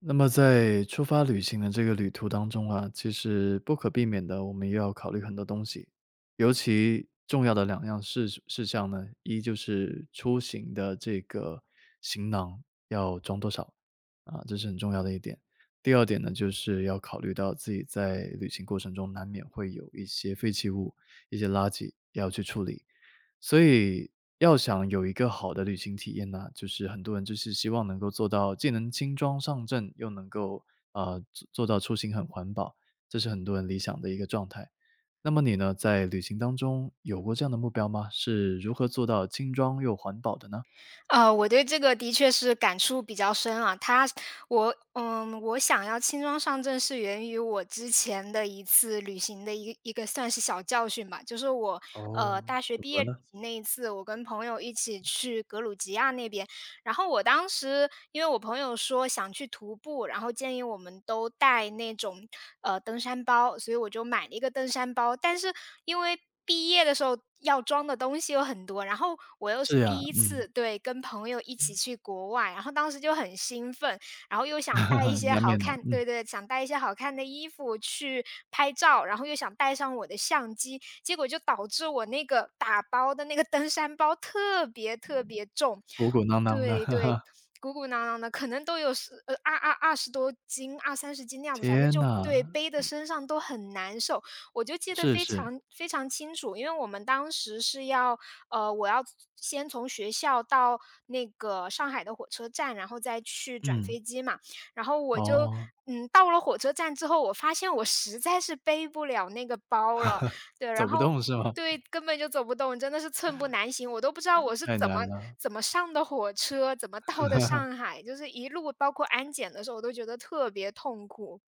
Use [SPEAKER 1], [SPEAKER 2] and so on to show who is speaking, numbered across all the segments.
[SPEAKER 1] 那么在出发旅行的这个旅途当中啊，其实不可避免的，我们又要考虑很多东西，尤其重要的两样事项呢，一就是出行的这个行囊要装多少，啊，这是很重要的一点。第二点呢，就是要考虑到自己在旅行过程中难免会有一些废弃物、一些垃圾要去处理，所以要想有一个好的旅行体验呢，就是很多人就是希望能够做到既能轻装上阵，又能够做到出行很环保，这是很多人理想的一个状态。那么你呢，在旅行当中有过这样的目标吗？是如何做到轻装又环保的呢？
[SPEAKER 2] 我对这个的确是感触比较深啊。我想要轻装上阵是源于我之前的一次旅行的一个算是小教训吧。就是我，大学毕业旅行那一次，我跟朋友一起去格鲁吉亚那边。然后我当时因为我朋友说想去徒步，然后建议我们都带那种登山包，所以我就买了一个登山包。但是因为毕业的时候要装的东西有很多，然后我又是
[SPEAKER 1] 是呀，
[SPEAKER 2] 第一
[SPEAKER 1] 嗯，
[SPEAKER 2] 次，对，跟朋友一起去国外，然后当时就很兴奋，然后又想带一 些
[SPEAKER 1] 难
[SPEAKER 2] 好
[SPEAKER 1] 免的，
[SPEAKER 2] 看，
[SPEAKER 1] 嗯，
[SPEAKER 2] 对对，想带一些好看的衣服去拍照，然后又想带上我的相机，结果就导致我那个打包的那个登山包特别特别重。
[SPEAKER 1] 鼓鼓囊囊
[SPEAKER 2] 对对，
[SPEAKER 1] 的，
[SPEAKER 2] 鼓鼓囊囊的，可能都有十呃二二20多斤、二三十斤那 样子，反正
[SPEAKER 1] 天
[SPEAKER 2] 就对，
[SPEAKER 1] 呐，
[SPEAKER 2] 背的身上都很难受。我就记得
[SPEAKER 1] 是
[SPEAKER 2] 非
[SPEAKER 1] 是，
[SPEAKER 2] 常非常清楚，因为我们当时是要，我要先从学校到那个上海的火车站，然后再去转
[SPEAKER 1] 嗯，
[SPEAKER 2] 飞机嘛。然后我就
[SPEAKER 1] 哦，
[SPEAKER 2] 到了火车站之后，我发现我实在是背不了那个包了。对，
[SPEAKER 1] 走
[SPEAKER 2] 然
[SPEAKER 1] 不
[SPEAKER 2] 后
[SPEAKER 1] 动是吗？
[SPEAKER 2] 对，根本就走不动，真的是寸步难行。我都不知道我是
[SPEAKER 1] 太
[SPEAKER 2] 怎么
[SPEAKER 1] 难了，
[SPEAKER 2] 上的火车，怎么到的上海，就是一路包括安检的时候，我都觉得特别痛苦。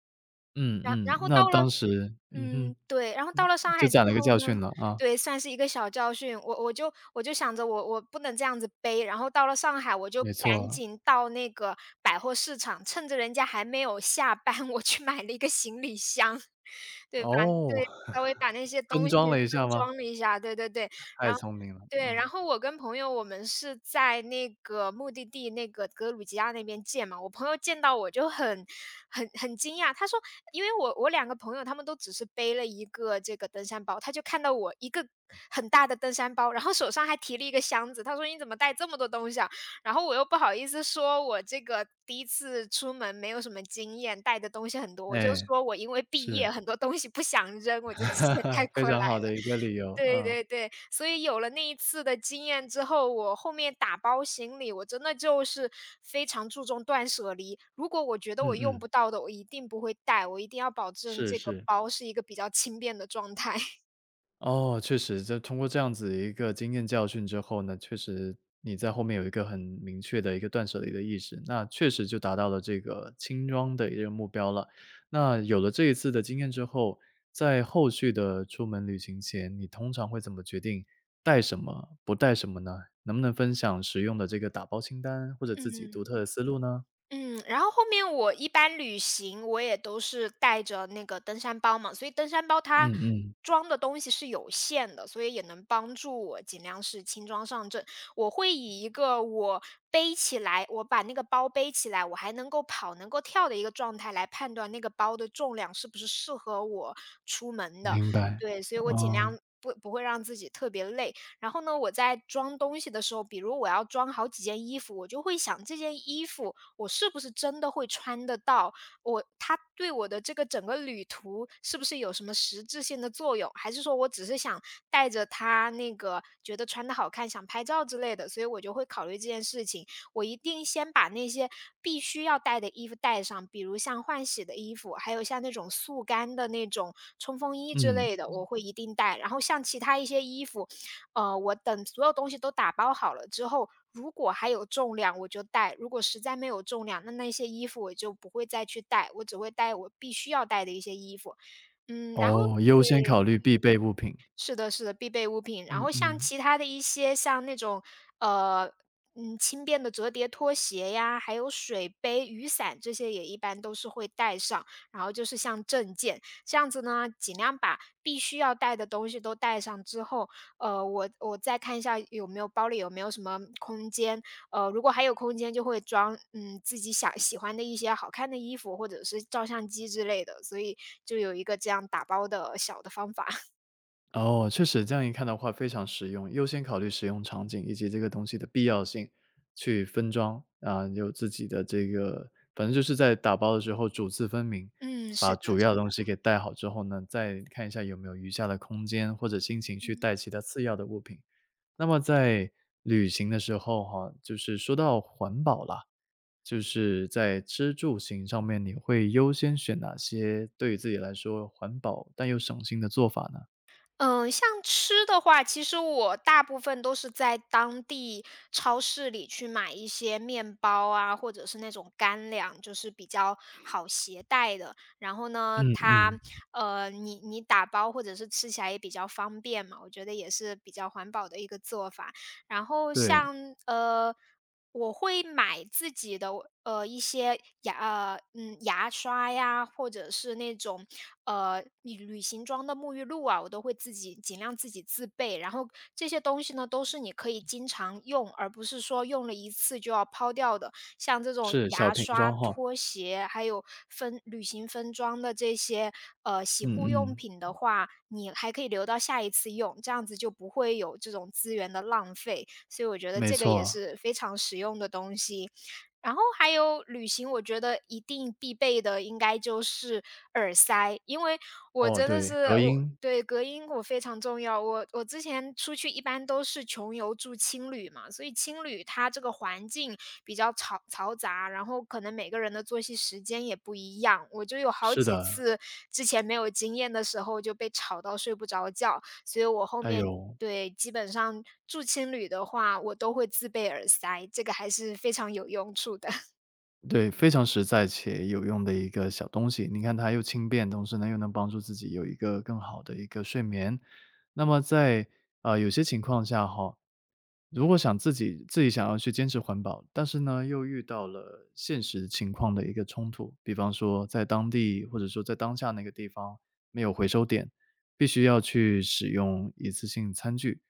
[SPEAKER 1] 嗯
[SPEAKER 2] 然
[SPEAKER 1] 嗯，
[SPEAKER 2] 然后
[SPEAKER 1] 那
[SPEAKER 2] 到了
[SPEAKER 1] 当时，嗯
[SPEAKER 2] 嗯。
[SPEAKER 1] 哼。
[SPEAKER 2] 嗯对，然后到了上
[SPEAKER 1] 就
[SPEAKER 2] 海之
[SPEAKER 1] 这了一个
[SPEAKER 2] 后
[SPEAKER 1] 教
[SPEAKER 2] 呢，
[SPEAKER 1] 训了啊，
[SPEAKER 2] 对，算是一个小教训，我就想着我不能这样子背，然后到了上海我就
[SPEAKER 1] 没
[SPEAKER 2] 赶
[SPEAKER 1] 错。
[SPEAKER 2] 紧到那个百货市场，趁着人家还没有下班，我去买了一个行李箱。对吧？
[SPEAKER 1] 哦，
[SPEAKER 2] 对，稍微把 那些
[SPEAKER 1] 分
[SPEAKER 2] 东西
[SPEAKER 1] 装了一下
[SPEAKER 2] 分
[SPEAKER 1] 吗？
[SPEAKER 2] 装了一下，对对对。
[SPEAKER 1] 太
[SPEAKER 2] 然后
[SPEAKER 1] 聪明了，
[SPEAKER 2] 对，然
[SPEAKER 1] 嗯，
[SPEAKER 2] 后我跟朋友我们是在那个目的地那个格鲁吉亚那边见嘛，我朋友见到我就很惊讶。他说：因为我两个朋友他们都只是背了一个这个登山包，他就看到我一个很大的登山包，然后手上还提了一个箱子，他说你怎么带这么多东西啊？然后我又不好意思说我这个第一次出门没有什么经验，带的东西很多，我就
[SPEAKER 1] 哎，
[SPEAKER 2] 说我因为毕业
[SPEAKER 1] 是，
[SPEAKER 2] 很多东西不想扔，我就直接带
[SPEAKER 1] 非
[SPEAKER 2] 过
[SPEAKER 1] 常
[SPEAKER 2] 来
[SPEAKER 1] 好
[SPEAKER 2] 了。
[SPEAKER 1] 的一个理由，
[SPEAKER 2] 对
[SPEAKER 1] 嗯，
[SPEAKER 2] 对对，所以有了那一次的经验之后，我后面打包行李，我真的就是非常注重断舍离。如果我觉得我
[SPEAKER 1] 嗯
[SPEAKER 2] 用
[SPEAKER 1] 嗯，
[SPEAKER 2] 不到的，我一定不会带，我一定要保证
[SPEAKER 1] 是
[SPEAKER 2] 这个
[SPEAKER 1] 是。
[SPEAKER 2] 包是一个比较轻便的状态。
[SPEAKER 1] 哦，确实，这通过这样子一个经验教训之后呢，确实你在后面有一个很明确的一个断舍离的意识，那确实就达到了这个轻装的一个目标了。那有了这一次的经验之后，在后续的出门旅行前，你通常会怎么决定带什么，不带什么呢？能不能分享实用的这个打包清单，或者 自己独
[SPEAKER 2] 嗯。
[SPEAKER 1] 特的思路呢？
[SPEAKER 2] 嗯，然后后面我一般旅行，我也都是带着那个登山包嘛，所以登山包它
[SPEAKER 1] 嗯嗯，
[SPEAKER 2] 装的东西是有限的，所以也能帮助我尽量是轻装上阵。我会以一个我背起来，我把那个包背起来，我还能够跑、能够跳的一个状态来判断那个包的重量是不是适合我出门的。
[SPEAKER 1] 明白。
[SPEAKER 2] 对，所以我尽
[SPEAKER 1] 哦，
[SPEAKER 2] 量不会让自己特别累。然后呢，我在装东西的时候，比如我要装好几件衣服，我就会想这件衣服我是不是真的会穿得到？我它对我的这个整个旅途是不是有什么实质性的作用？还是说我只是想带着它那个觉得穿的好看，想拍照之类的，所以我就会考虑这件事情。我一定先把那些必须要带的衣服带上，比如像换洗的衣服，还有像那种速干的那种冲锋衣之
[SPEAKER 1] 嗯，
[SPEAKER 2] 类的，我会一定带。然后像其他一些衣服，我等所有东西都打包好了之后，如果还有重量我就带，如果实在没有重量，那那些衣服我就不会再去带，我只会带我必须要带的一些衣服。然后
[SPEAKER 1] 哦，优先考
[SPEAKER 2] 对。
[SPEAKER 1] 虑必备物品。
[SPEAKER 2] 是的，是的，必备物品。然
[SPEAKER 1] 嗯
[SPEAKER 2] 后像
[SPEAKER 1] 嗯。
[SPEAKER 2] 其他的一些，像那种呃，轻便的折叠拖鞋呀，还有水杯、雨伞这些，也一般都是会带上。然后就是像证件这样子呢，尽量把必须要带的东西都带上之后，我再看一下有没有包里有没有什么空间。如果还有空间，就会装自己想喜欢的一些好看的衣服或者是照相机之类的。所以就有一个这样打包的小的方法。
[SPEAKER 1] 哦，确实这样一看的话非常实用，优先考虑使用场景以及这个东西的必要性，去分装，啊，有自己的这个反正就是在打包的时候主次分明，
[SPEAKER 2] 嗯，
[SPEAKER 1] 把
[SPEAKER 2] 是的，
[SPEAKER 1] 主
[SPEAKER 2] 是。
[SPEAKER 1] 要的东西给带好之后呢，再看一下有没有余下的空间或者心情去
[SPEAKER 2] 嗯，
[SPEAKER 1] 带其他次要的物品。那么在旅行的时候哈，就是说到环保啦，就是在吃住行上面，你会优先选哪些对于自己来说环保但又省心的做法呢？
[SPEAKER 2] 像吃的话，其实我大部分都是在当地超市里去买一些面包啊，或者是那种干粮，就是比较好携带的。然后呢，
[SPEAKER 1] 嗯
[SPEAKER 2] 它
[SPEAKER 1] 嗯。
[SPEAKER 2] 你打包或者是吃起来也比较方便嘛，我觉得也是比较环保的一个做法。然后
[SPEAKER 1] 对，
[SPEAKER 2] 像呃，我会买自己的一些牙刷呀，或者是那种旅行装的沐浴露啊，我都会自己尽量自己自备。然后这些东西呢，都是你可以经常用，而不是说用了一次就要抛掉的。像这种
[SPEAKER 1] 是小
[SPEAKER 2] 牙
[SPEAKER 1] 瓶
[SPEAKER 2] 刷、
[SPEAKER 1] 装哈，
[SPEAKER 2] 拖鞋，还有分旅行分装的这些洗
[SPEAKER 1] 嗯
[SPEAKER 2] 护用
[SPEAKER 1] 嗯，
[SPEAKER 2] 品的话，你还可以留到下一次用，这样子就不会有这种资源的浪费。所以我觉得
[SPEAKER 1] 没
[SPEAKER 2] 这个也
[SPEAKER 1] 错，
[SPEAKER 2] 是非常实用的东西。然后还有旅行，我觉得一定必备的应该就是耳塞，因为我
[SPEAKER 1] 哦，
[SPEAKER 2] 真的
[SPEAKER 1] 对，
[SPEAKER 2] 是。
[SPEAKER 1] 隔
[SPEAKER 2] 我
[SPEAKER 1] 音，
[SPEAKER 2] 对，隔音我非常重要。我之前出去一般都是穷游住青旅嘛，所以青旅它这个环境比较嘈杂，然后可能每个人的作息时间也不一样。我就有好
[SPEAKER 1] 是
[SPEAKER 2] 几
[SPEAKER 1] 的，
[SPEAKER 2] 次之前没有经验的时候就被吵到睡不着觉，所以我后
[SPEAKER 1] 哎
[SPEAKER 2] 面
[SPEAKER 1] 呦，
[SPEAKER 2] 对，基本上住青旅的话，我都会自备耳塞，这个还是非常有用处的。
[SPEAKER 1] 对，非常实在且有用的一个小东西。你看它又轻便，同时呢又能帮助自己有一个更好的一个睡眠。那么在有些情况下哈，如果想自己想要去坚持环保，但是呢又遇到了现实情况的一个冲突，比方说在当地或者说在当下那个地方没有回收点，必须要去使用一次性餐具。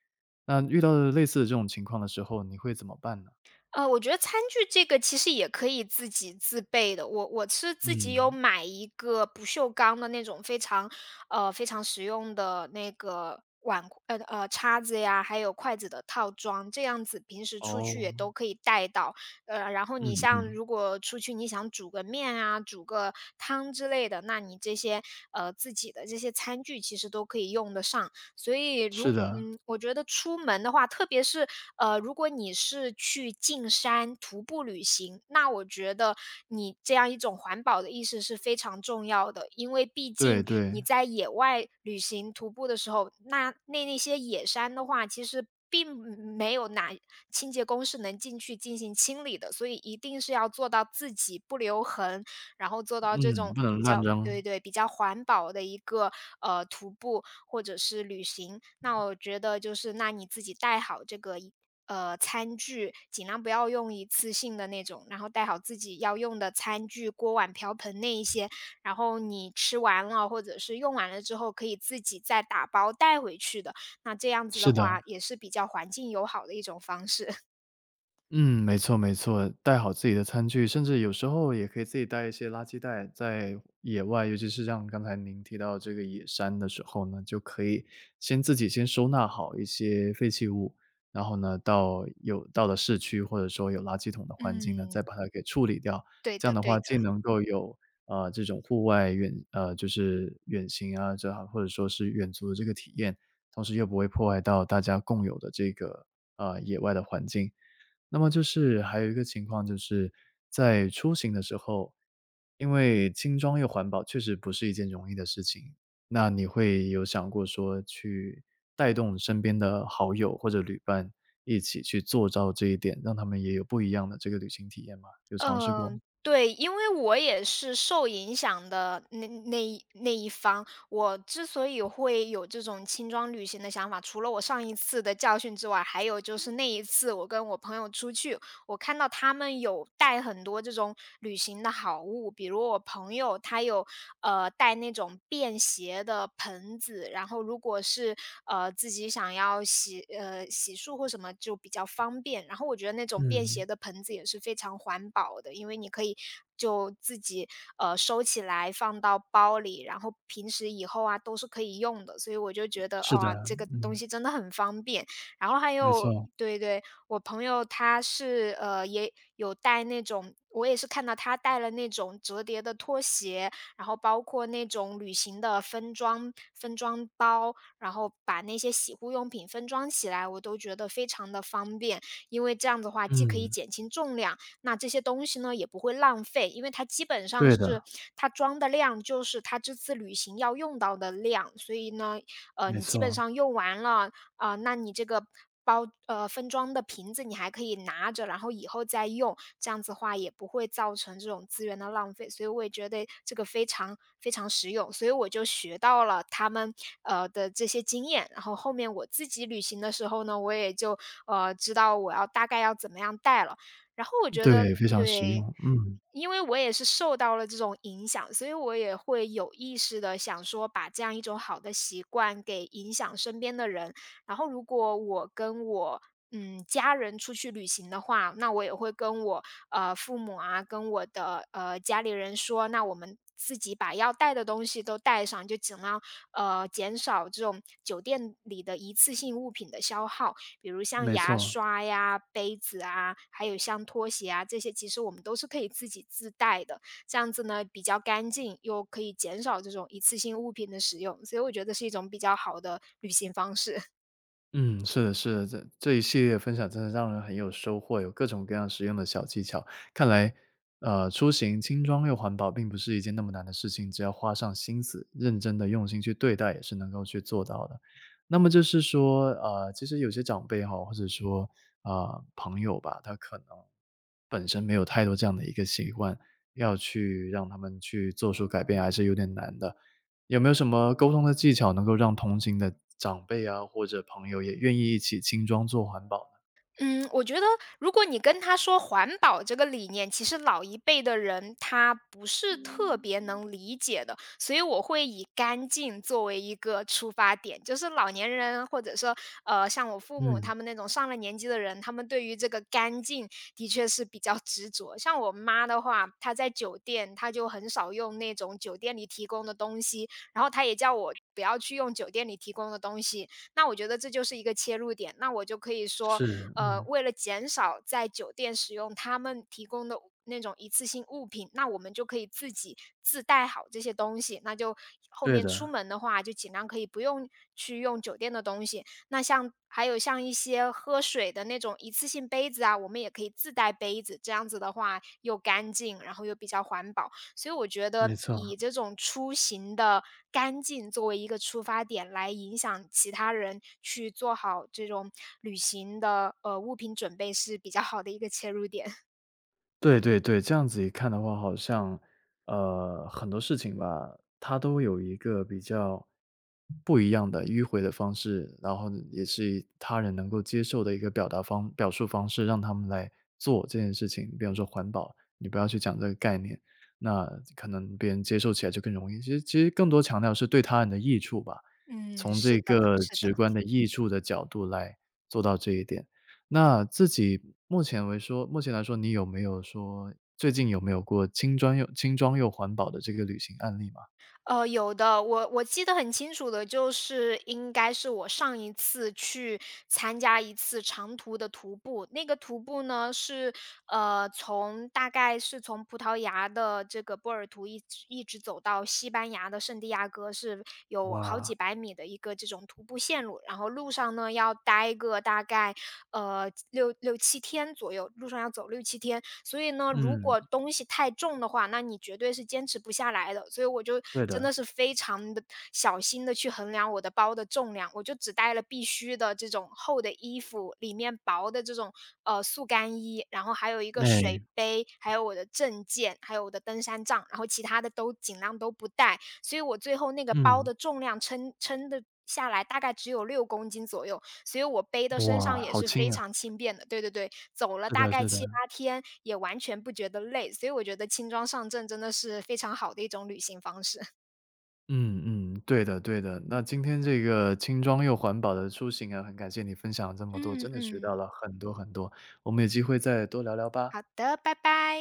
[SPEAKER 1] 那遇到类似的这种情况的时候，你会怎么办呢？
[SPEAKER 2] 我觉得餐具这个其实也可以自己自备的。我是自己有
[SPEAKER 1] 嗯，
[SPEAKER 2] 买一个不锈钢的那种非常，非常实用的那个碗，叉子呀，还有筷子的套装，这样子平时出去也
[SPEAKER 1] 哦，
[SPEAKER 2] 都可以带到。然后
[SPEAKER 1] 嗯
[SPEAKER 2] 你像如
[SPEAKER 1] 嗯。
[SPEAKER 2] 果出去你想煮个面啊，煮个汤之类的，那你这些自己的这些餐具其实都可以用得上。所以
[SPEAKER 1] 是的，
[SPEAKER 2] 我觉得出门的话，特别是如果你是去进山徒步旅行，那我觉得你这样一种环保的意识是非常重要的，因为毕
[SPEAKER 1] 对
[SPEAKER 2] 竟
[SPEAKER 1] 对，
[SPEAKER 2] 你在野外旅行徒步的时候，那些野山的话，其实并没有哪清洁工是能进去进行清理的，所以一定是要做到自己不留痕，然后做到这
[SPEAKER 1] 嗯，
[SPEAKER 2] 种
[SPEAKER 1] 不能
[SPEAKER 2] 比
[SPEAKER 1] 乱
[SPEAKER 2] 较，
[SPEAKER 1] 扔，
[SPEAKER 2] 对对，比较环保的一个徒步。或者是旅行。那我觉得就是，那你自己带好这个餐具，尽量不要用一次性的那种，然后带好自己要用的餐具、锅碗瓢盆那一些。然后你吃完了或者是用完了之后，可以自己再打包带回去的。那这样子的
[SPEAKER 1] 是的。
[SPEAKER 2] 话，也是比较环境友好的一种方式。
[SPEAKER 1] 嗯，没错没错，带好自己的餐具，甚至有时候也可以自己带一些垃圾袋，在野外，尤其是像刚才您提到这个野山的时候呢，就可以先自己先收纳好一些废弃物，然后呢，到了市区或者说有垃圾桶的环境呢，
[SPEAKER 2] 嗯，
[SPEAKER 1] 再把它给处理掉。
[SPEAKER 2] 对
[SPEAKER 1] 这样
[SPEAKER 2] 的，
[SPEAKER 1] 的
[SPEAKER 2] 对
[SPEAKER 1] 话，既
[SPEAKER 2] 的。
[SPEAKER 1] 能够有啊这种户外就是远行啊，这样或者说是远足的这个体验，同时又不会破坏到大家共有的这个啊野外的环境。那么就是还有一个情况就是在出行的时候，因为轻装又环保确实不是一件容易的事情，那你会有想过说去带动身边的好友或者旅伴一起去做到这一点，让他们也有不一样的这个旅行体验吗？有尝试过吗？
[SPEAKER 2] 嗯，对，因为我也是受影响的那一方。我之所以会有这种轻装旅行的想法，除了我上一次的教训之外，还有就是那一次我跟我朋友出去，我看到他们有带很多这种旅行的好物，比如我朋友他有带那种便携的盆子，然后如果是自己想要洗漱或什么就比较方便。然后我觉得那种便携
[SPEAKER 1] 嗯，
[SPEAKER 2] 的盆子也是非常环保的，因为你可以就自己收起来放到包里，然后平时以后啊都是可以用的。所以我就觉得
[SPEAKER 1] 是
[SPEAKER 2] 啊、
[SPEAKER 1] 的，
[SPEAKER 2] 这个东
[SPEAKER 1] 嗯，
[SPEAKER 2] 西真的很方便。然后还
[SPEAKER 1] 没
[SPEAKER 2] 有
[SPEAKER 1] 错，
[SPEAKER 2] 对对，我朋友他是也有带那种，我也是看到他带了那种折叠的拖鞋，然后包括那种旅行的分装包，然后把那些洗护用品分装起来，我都觉得非常的方便，因为这样的话既可以
[SPEAKER 1] 嗯，
[SPEAKER 2] 减轻重量，那这些东西呢也不会浪费，因为它基本上
[SPEAKER 1] 对的，
[SPEAKER 2] 是它装的量就是它这次旅行要用到的量，所以呢，
[SPEAKER 1] 没
[SPEAKER 2] 你基本
[SPEAKER 1] 错。
[SPEAKER 2] 上用完了，啊，那你这个分装的瓶子你还可以拿着，然后以后再用，这样子的话也不会造成这种资源的浪费，所以我也觉得这个非常非常实用，所以我就学到了他们的这些经验，然后后面我自己旅行的时候呢，我也就知道我要大概要怎么样带了。然后我觉得
[SPEAKER 1] 对，非常实用，
[SPEAKER 2] 对，
[SPEAKER 1] 嗯。
[SPEAKER 2] 因为我也是受到了这种影响，所以我也会有意识的想说把这样一种好的习惯给影响身边的人。然后如果我跟我家人出去旅行的话，那我也会跟我父母啊，跟我的家里人说，那我们自己把要带的东西都带上，就尽量减少这种酒店里的一次性物品的消耗，比如像
[SPEAKER 1] 没
[SPEAKER 2] 牙
[SPEAKER 1] 错。
[SPEAKER 2] 刷呀、杯子啊，还有像拖鞋啊这些，其实我们都是可以自己自带的。这样子呢，比较干净，又可以减少这种一次性物品的使用，所以我觉得是一种比较好的旅行方式。
[SPEAKER 1] 嗯，是的，是的，这一系列分享真的让人很有收获，有各种各样实用的小技巧。看来，出行轻装又环保，并不是一件那么难的事情，只要花上心思，认真的用心去对待，也是能够去做到的。那么就是说，其实有些长辈哈，或者说朋友吧，他可能本身没有太多这样的一个习惯，要去让他们去做出改变还是有点难的。有没有什么沟通的技巧能够让同行的长辈啊，或者朋友也愿意一起轻装做环保呢？
[SPEAKER 2] 嗯，我觉得如果你跟他说环保这个理念，其实老一辈的人他不是特别能理解的，所以我会以干净作为一个出发点，就是老年人或者说像我父母他们那种上了年纪的人，他们对于这个干净的确是比较执着。像我妈的话，她在酒店，她就很少用那种酒店里提供的东西，然后她也叫我不要去用酒店里提供的东西，那我觉得这就是一个切入点。那我就可以说，
[SPEAKER 1] 是，
[SPEAKER 2] 为了减少在酒店使用他们提供的那种一次性物品，那我们就可以自己自带好这些东西。那就后
[SPEAKER 1] 对
[SPEAKER 2] 面出
[SPEAKER 1] 的，
[SPEAKER 2] 门的话，就尽量可以不用去用酒店的东西。那像还有像一些喝水的那种一次性杯子啊，我们也可以自带杯子，这样子的话又干净，然后又比较环保。所以我觉
[SPEAKER 1] 没
[SPEAKER 2] 得
[SPEAKER 1] 错。
[SPEAKER 2] 以这种出行的干净作为一个出发点，来影响其他人去做好这种旅行的，物品准备是比较好的一个切入点。
[SPEAKER 1] 对对对，这样子一看的话，好像，很多事情吧，它都有一个比较不一样的迂回的方式，然后也是以他人能够接受的一个表述方式，让他们来做这件事情。比方说环保，你不要去讲这个概念，那可能别人接受起来就更容易。其实更多强调是对他人的益处吧，
[SPEAKER 2] 嗯，
[SPEAKER 1] 从
[SPEAKER 2] 是
[SPEAKER 1] 这
[SPEAKER 2] 的，
[SPEAKER 1] 个
[SPEAKER 2] 是的。
[SPEAKER 1] 直观的益处的角度来做到这一点。那自己目前来说，你有没有说最近有没有过轻装又环保的这个旅行案例吗？
[SPEAKER 2] 有的，我记得很清楚的，就是应该是我上一次去参加一次长途的徒步，那个徒步呢是从大概是从葡萄牙的这个波尔图一直走到西班牙的圣地亚哥，是有好几
[SPEAKER 1] 哇，
[SPEAKER 2] 百米的一个这种徒步线路，然后路上呢要待个大概六七天左右，路上要走六七天，所以呢，如
[SPEAKER 1] 嗯，
[SPEAKER 2] 果东西太重的话，那你绝对是坚持不下来的。所以我就
[SPEAKER 1] 对
[SPEAKER 2] 真
[SPEAKER 1] 的，
[SPEAKER 2] 的是非常的小心的去衡量我的包的重量，我就只带了必须的这种厚的衣服，里面薄的这种，速干衣，然后还有一个水
[SPEAKER 1] 哎，
[SPEAKER 2] 杯，还有我的证件，还有我的登山杖，然后其他的都尽量都不带。所以我最后那个包
[SPEAKER 1] 嗯，
[SPEAKER 2] 的重量称的下来大概只有6公斤左右，所以我背的身
[SPEAKER 1] 哇，
[SPEAKER 2] 上也
[SPEAKER 1] 好
[SPEAKER 2] 是非
[SPEAKER 1] 轻啊。
[SPEAKER 2] 常轻便的，对对对。走了
[SPEAKER 1] 是
[SPEAKER 2] 大
[SPEAKER 1] 的
[SPEAKER 2] 概
[SPEAKER 1] 是的。
[SPEAKER 2] 7、8天，也完全不觉得累，所以我觉得轻装上阵真的是非常好的一种旅行方式。
[SPEAKER 1] 嗯嗯，对的对的。那今天这个轻装又环保的出行啊，很感谢你分享了这么多，
[SPEAKER 2] 嗯
[SPEAKER 1] 真的学到
[SPEAKER 2] 嗯，
[SPEAKER 1] 了很多很多，我们有机会再多聊聊吧。
[SPEAKER 2] 好的，拜拜。